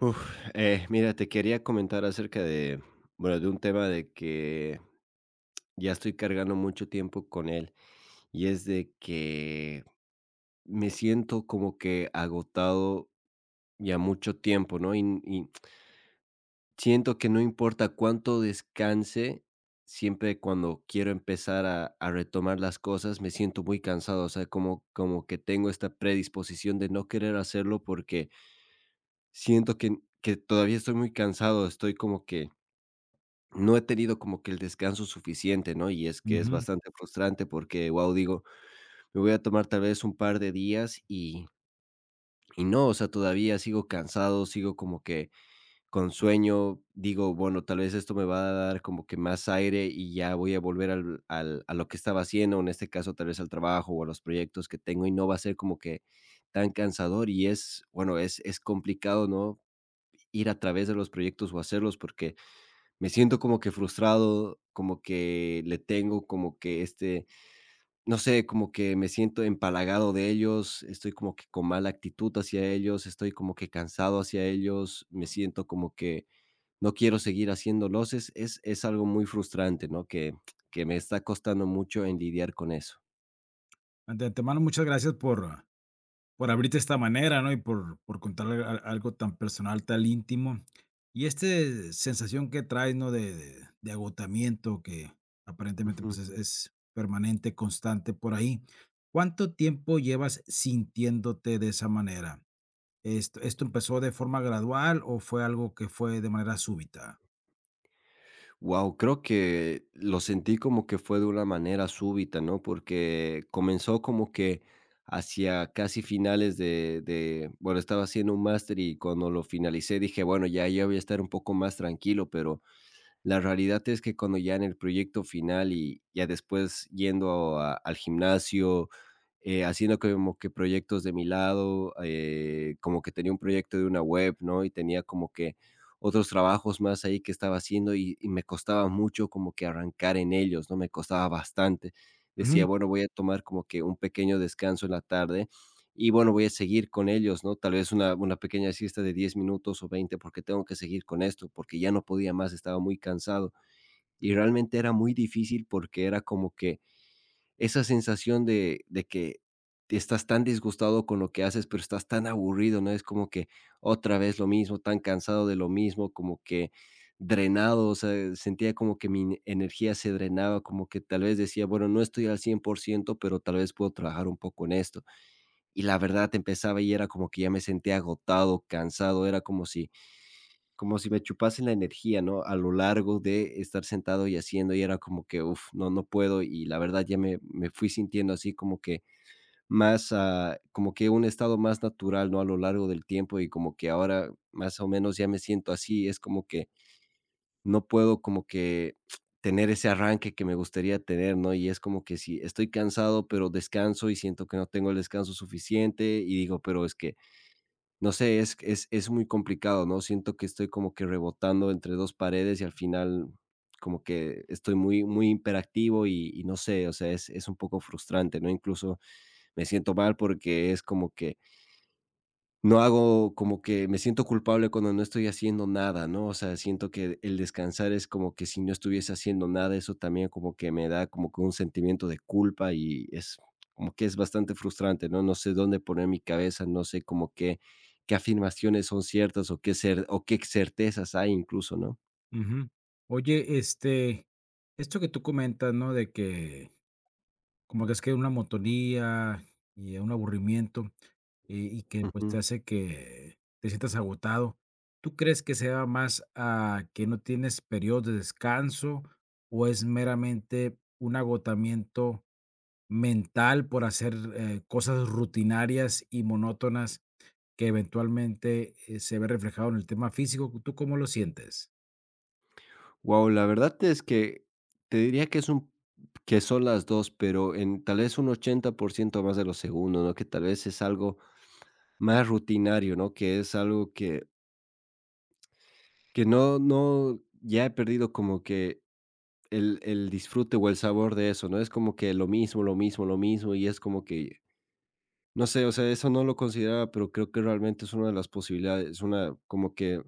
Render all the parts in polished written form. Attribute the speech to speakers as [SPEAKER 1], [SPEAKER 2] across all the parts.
[SPEAKER 1] Mira, te quería comentar acerca de, bueno, de un tema de que ya estoy cargando mucho tiempo con él y es de que me siento como que agotado ya mucho tiempo, ¿no? Y siento que no importa cuánto descanse, siempre cuando quiero empezar a retomar las cosas, me siento muy cansado, o sea, como que tengo esta predisposición de no querer hacerlo porque siento que todavía estoy muy cansado, estoy como que no he tenido como que el descanso suficiente, ¿no? Y es que es
[SPEAKER 2] Ujú.
[SPEAKER 1] bastante frustrante porque, digo, me voy a tomar tal vez un par de días y no, o sea, todavía sigo cansado, sigo como que con sueño, digo, bueno, tal vez esto me va a dar como que más aire y ya voy a volver al a lo que estaba haciendo, en este caso, tal vez al trabajo o a los proyectos que tengo y no va a ser como que tan cansador y es, bueno, es complicado, ¿no? Ir a través de los proyectos o hacerlos porque me siento como que frustrado, como que le tengo como que este, no sé, como que me siento empalagado de ellos, estoy como que con mala actitud hacia ellos, estoy como que cansado hacia ellos, me siento como que no quiero seguir haciendo loses. Es algo muy frustrante, ¿no? Que me está costando mucho en lidiar con eso.
[SPEAKER 2] Ante antemano muchas gracias por abrirte de esta manera, ¿no? Y por contar a algo tan personal, tan íntimo. Y esta sensación que traes, ¿no? De agotamiento que aparentemente,
[SPEAKER 1] Ujú.
[SPEAKER 2] pues, es permanente, constante por ahí. ¿Cuánto tiempo llevas sintiéndote de esa manera? ¿Esto empezó de forma gradual o fue algo que fue de manera súbita?
[SPEAKER 1] Wow, Creo que lo sentí como que fue de una manera súbita, ¿no? Porque comenzó como que hacia casi finales de bueno, estaba haciendo un máster y cuando lo finalicé dije: "Bueno, ya voy a estar un poco más tranquilo", pero la realidad es que cuando ya en el proyecto final y ya después yendo al gimnasio, haciendo como que proyectos de mi lado, como que tenía un proyecto de una web, ¿no? Y tenía como que otros trabajos más ahí que estaba haciendo y me costaba mucho como que arrancar en ellos, ¿no? Me costaba bastante.
[SPEAKER 2] Ujú,
[SPEAKER 1] Decía, bueno, voy a tomar como que un pequeño descanso en la tarde y bueno, voy a seguir con ellos, ¿no? Tal vez una pequeña siesta de 10 minutos o 20 porque tengo que seguir con esto, porque ya no podía más, estaba muy cansado. Y realmente era muy difícil porque era como que esa sensación de que estás tan disgustado con lo que haces, pero estás tan aburrido, ¿no? Es como que otra vez lo mismo, tan cansado de lo mismo, como que drenado, o sea, sentía como que mi energía se drenaba, como que tal vez decía, bueno, no estoy al 100% pero tal vez puedo trabajar un poco en esto y la verdad empezaba y era como que ya me sentía agotado, cansado, era como si me chupasen la energía, ¿no? A lo largo de estar sentado y haciendo y era como que, no, puedo y la verdad ya me fui sintiendo así como que más, como que un estado más natural, ¿no? A lo largo del tiempo y como que ahora más o menos ya me siento así, es como que no puedo como que tener ese arranque que me gustaría tener, ¿no? Y es como que si estoy cansado, pero descanso y siento que no tengo el descanso suficiente y digo, pero es que no sé, es muy complicado, ¿no? Siento que estoy como que rebotando entre 2 paredes y al final como que estoy muy hiperactivo y no sé, o sea, es un poco frustrante, ¿no? Incluso me siento mal porque es como que no hago como que me siento culpable cuando no estoy haciendo nada, ¿no? O sea, siento que el descansar es como que si no estuviese haciendo nada, eso también como que me da como que un sentimiento de culpa y es como que es bastante frustrante, ¿no? No sé dónde poner mi cabeza, no sé como que qué afirmaciones son ciertas o qué cer o qué certezas hay incluso, ¿no?
[SPEAKER 2] ujú. Oye, esto que tú comentas, ¿no? De que Como que es que una monotonía y un aburrimiento, y que, pues, te
[SPEAKER 1] wow
[SPEAKER 2] hace que te sientas agotado. ¿Tú crees que se deba más a que no tienes periodos de descanso, o es meramente un agotamiento mental por hacer, cosas rutinarias y monótonas que eventualmente, se ve reflejado en el tema físico? ¿Tú cómo lo sientes?
[SPEAKER 1] la verdad es que te diría que es un que son las 2 pero en tal vez un 80% más de lo segundo, ¿no? Que tal vez es algo más rutinario, ¿no? Que es algo que no, no, ya he perdido como que el disfrute o el sabor de eso, ¿no? Es como que lo mismo, lo mismo, lo mismo, y es como que no sé, o sea, eso no lo consideraba, pero creo que realmente es una de las posibilidades, una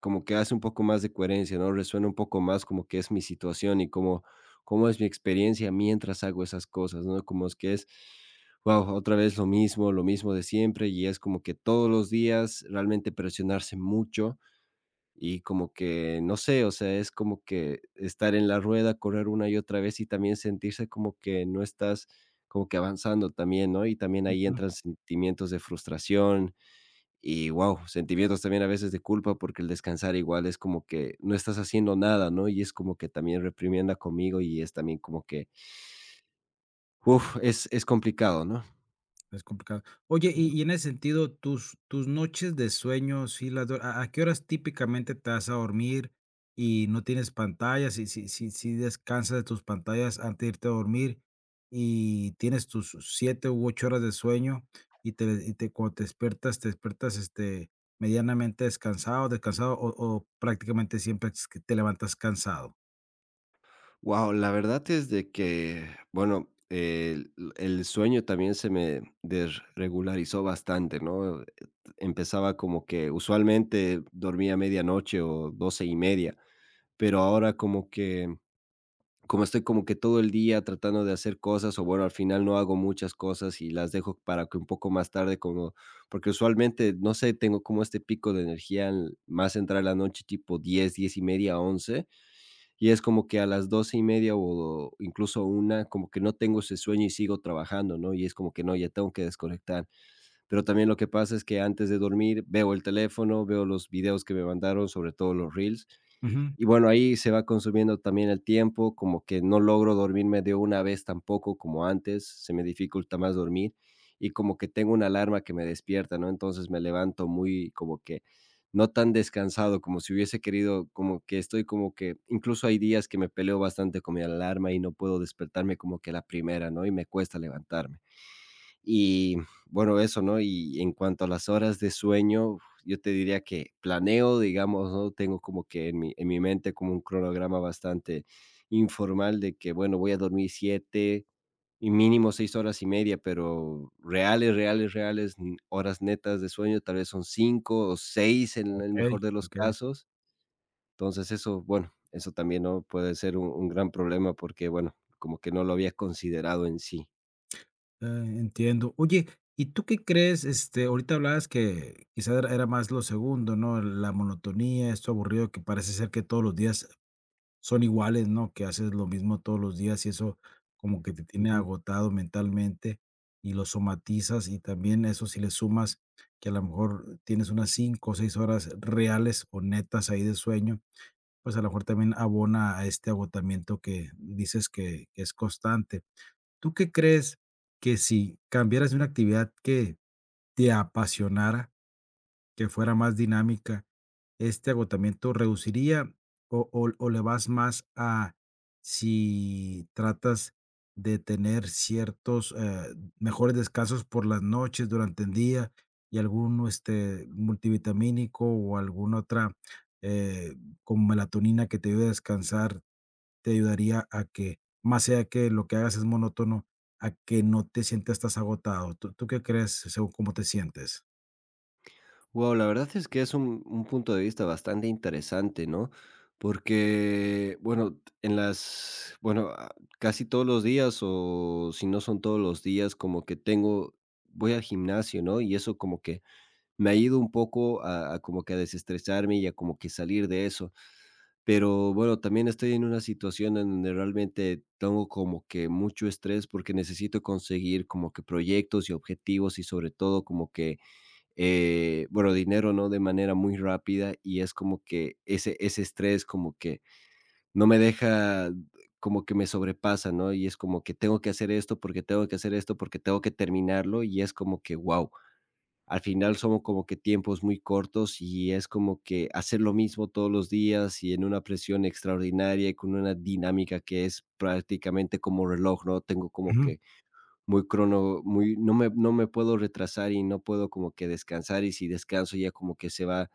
[SPEAKER 1] como que hace un poco más de coherencia, ¿no? Resuena un poco más como que es mi situación y cómo es mi experiencia mientras hago esas cosas, ¿no? Como es que es, wow otra vez lo mismo de siempre, y es como que todos los días realmente presionarse mucho y como que, no sé, o sea, es como que estar en la rueda, correr una y otra vez y también sentirse como que no estás como que avanzando también, ¿no? Y también ahí entran sentimientos de frustración y, sentimientos también a veces de culpa porque el descansar igual es como que no estás haciendo nada, ¿no? Y es como que también reprimienda conmigo y es también como que, es complicado, ¿no?
[SPEAKER 2] Es complicado. Oye, y en ese sentido, tus noches de sueño, sí las due a qué horas típicamente te vas a dormir y no tienes pantallas? Y si descansas de tus pantallas antes de irte a dormir y tienes tus 7 u 8 horas de sueño y te cuando te despiertas, ¿medianamente descansado, descansado o prácticamente siempre es que te levantas cansado?
[SPEAKER 1] Wow, la verdad es de que, bueno, el sueño también se me desregularizó bastante, ¿no? Empezaba como que usualmente dormía medianoche o 12:30, pero ahora como que como estoy como que todo el día tratando de hacer cosas, o bueno, al final no hago muchas cosas y las dejo para que un poco más tarde como porque usualmente, no sé, tengo como este pico de energía más entrar la noche tipo 10:30, 11 y es como que a las 12:30 o incluso una, como que no tengo ese sueño y sigo trabajando, ¿no? Y es como que no, ya tengo que desconectar. Pero también lo que pasa es que antes de dormir veo el teléfono, veo los videos que me mandaron, sobre todo los reels,
[SPEAKER 2] Ujú,
[SPEAKER 1] y bueno, ahí se va consumiendo también el tiempo, como que no logro dormirme de una vez tampoco como antes, se me dificulta más dormir y como que tengo una alarma que me despierta, ¿no? Entonces me levanto muy como que no tan descansado como si hubiese querido, como que estoy como que, incluso hay días que me peleo bastante con mi alarma y no puedo despertarme como que a la primera, ¿no? Y me cuesta levantarme. Y bueno, eso, ¿no? Y en cuanto a las horas de sueño, yo te diría que planeo, digamos, ¿no? Tengo como que en mi mente como un cronograma bastante informal de que, bueno, voy a dormir 7 y mínimo 6 horas y media, pero reales, reales, reales, horas netas de sueño, tal vez son 5 o 6 en el
[SPEAKER 2] okey,
[SPEAKER 1] mejor de los
[SPEAKER 2] okey.
[SPEAKER 1] casos. Entonces eso, bueno, eso también, ¿no? Puede ser un gran problema porque, bueno, como que no lo había considerado en sí.
[SPEAKER 2] Entiendo. Oye, ¿y tú qué crees? Ahorita hablabas que quizá era más lo segundo, ¿no? La monotonía, esto aburrido que parece ser que todos los días son iguales, ¿no? Que haces lo mismo todos los días y eso como que te tiene
[SPEAKER 1] Ujú.
[SPEAKER 2] agotado mentalmente y lo somatizas, y también eso si le sumas que a lo mejor tienes unas 5 o 6 horas reales o netas ahí de sueño, pues a lo mejor también abona a este agotamiento que dices que es constante. ¿Tú qué crees que si cambiaras de una actividad que te apasionara, que fuera más dinámica, este agotamiento reduciría o le vas más a si tratas de tener ciertos mejores descansos por las noches durante el día y algún multivitamínico o alguna otra eh, como melatonina que te ayude a descansar te ayudaría a que, más allá que lo que hagas es monótono, a que no te sientas estás agotado. ¿Tú tú qué crees según cómo te sientes?
[SPEAKER 1] Wow, la verdad es que es un punto de vista bastante interesante, ¿no? Porque, bueno, en las bueno, ah, casi todos los días, o si no son todos los días, como que tengo voy al gimnasio, ¿no? Y eso como que me ha ido un poco a como que a desestresarme y a como que salir de eso. Pero, bueno, también estoy en una situación en donde realmente tengo como que mucho estrés, porque necesito conseguir como que proyectos y objetivos, y sobre todo como que bueno, dinero, ¿no? De manera muy rápida y es como que ese estrés como que no me deja, como que me sobrepasa, ¿no? Y es como que tengo que hacer esto porque tengo que hacer esto porque tengo que terminarlo y es como que, al final somos como que tiempos muy cortos y es como que hacer lo mismo todos los días y en una presión extraordinaria y con una dinámica que es prácticamente como reloj, ¿no? Tengo como
[SPEAKER 2] Ujú.
[SPEAKER 1] que muy no me puedo retrasar y no puedo como que descansar, y si descanso ya como que se va,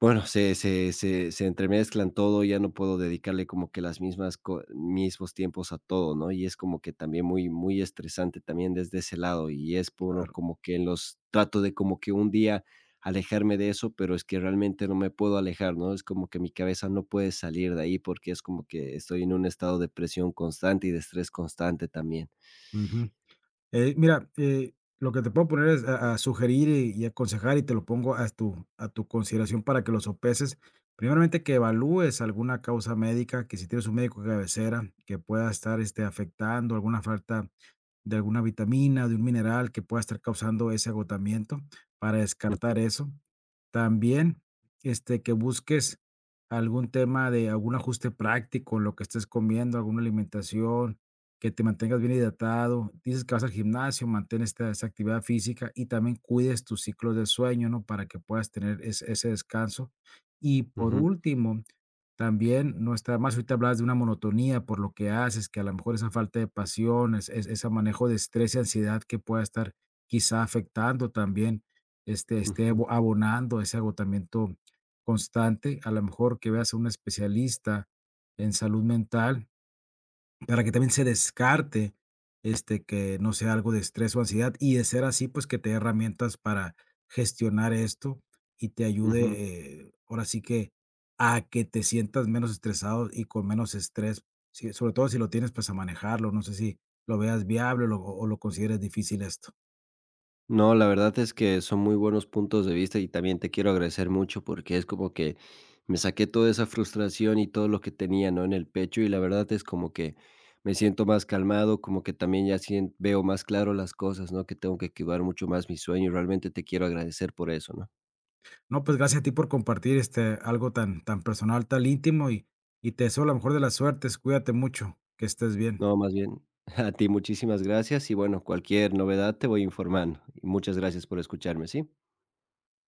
[SPEAKER 1] bueno, se entremezclan todo, ya no puedo dedicarle como que las mismas co mismos tiempos a todo, ¿no? Y es como que también muy estresante también desde ese lado, y es puro como que en los trato de como que un día alejarme de eso, pero es que realmente no me puedo alejar, ¿no? Es como que mi cabeza no puede salir de ahí, porque es como que estoy en un estado de presión constante y de estrés constante también.
[SPEAKER 2] Ujú. Mira, lo que te puedo poner es a sugerir y aconsejar, y te lo pongo a tu consideración para que lo sopeses. Primeramente, que evalúes alguna causa médica, que si tienes un médico de cabecera que pueda estar, afectando alguna falta de alguna vitamina, de un mineral que pueda estar causando ese agotamiento para descartar
[SPEAKER 1] Ujú,
[SPEAKER 2] eso. También, que busques algún tema de algún ajuste práctico en lo que estés comiendo, alguna alimentación, que te mantengas bien hidratado. Dices que vas al gimnasio, mantén esta, esa actividad física y también cuides tus ciclos de sueño, ¿no? Para que puedas tener ese descanso. Y por
[SPEAKER 1] ujú,
[SPEAKER 2] último, también no está más, ahorita hablas de una monotonía por lo que haces, que a lo mejor esa falta de pasión, es ese manejo de estrés y ansiedad que pueda estar quizá afectando también, esté
[SPEAKER 1] ujú,
[SPEAKER 2] abonando ese agotamiento constante. A lo mejor que veas a un especialista en salud mental para que también se descarte, que no sea algo de estrés o ansiedad, y de ser así, pues, que te dé herramientas para gestionar esto y te
[SPEAKER 1] ujú.
[SPEAKER 2] ayude, ahora sí que, a que te sientas menos estresado y con menos estrés, sí, sobre todo si lo tienes, pues, a manejarlo. No sé si lo veas viable o lo consideres difícil esto.
[SPEAKER 1] No, la verdad es que son muy buenos puntos de vista y también te quiero agradecer mucho porque es como que me saqué toda esa frustración y todo lo que tenía, ¿no? En el pecho y la verdad es como que me siento más calmado, como que también ya veo más claro las cosas, ¿no? Que tengo que cuidar mucho más mi sueño y realmente te quiero agradecer por eso, ¿no?
[SPEAKER 2] No, pues, gracias a ti por compartir, algo tan personal, tan íntimo y te deseo la mejor de las suertes. Cuídate mucho, que estés bien.
[SPEAKER 1] No, más bien a ti muchísimas gracias y bueno, cualquier novedad te voy informando y muchas gracias por escucharme, ¿sí?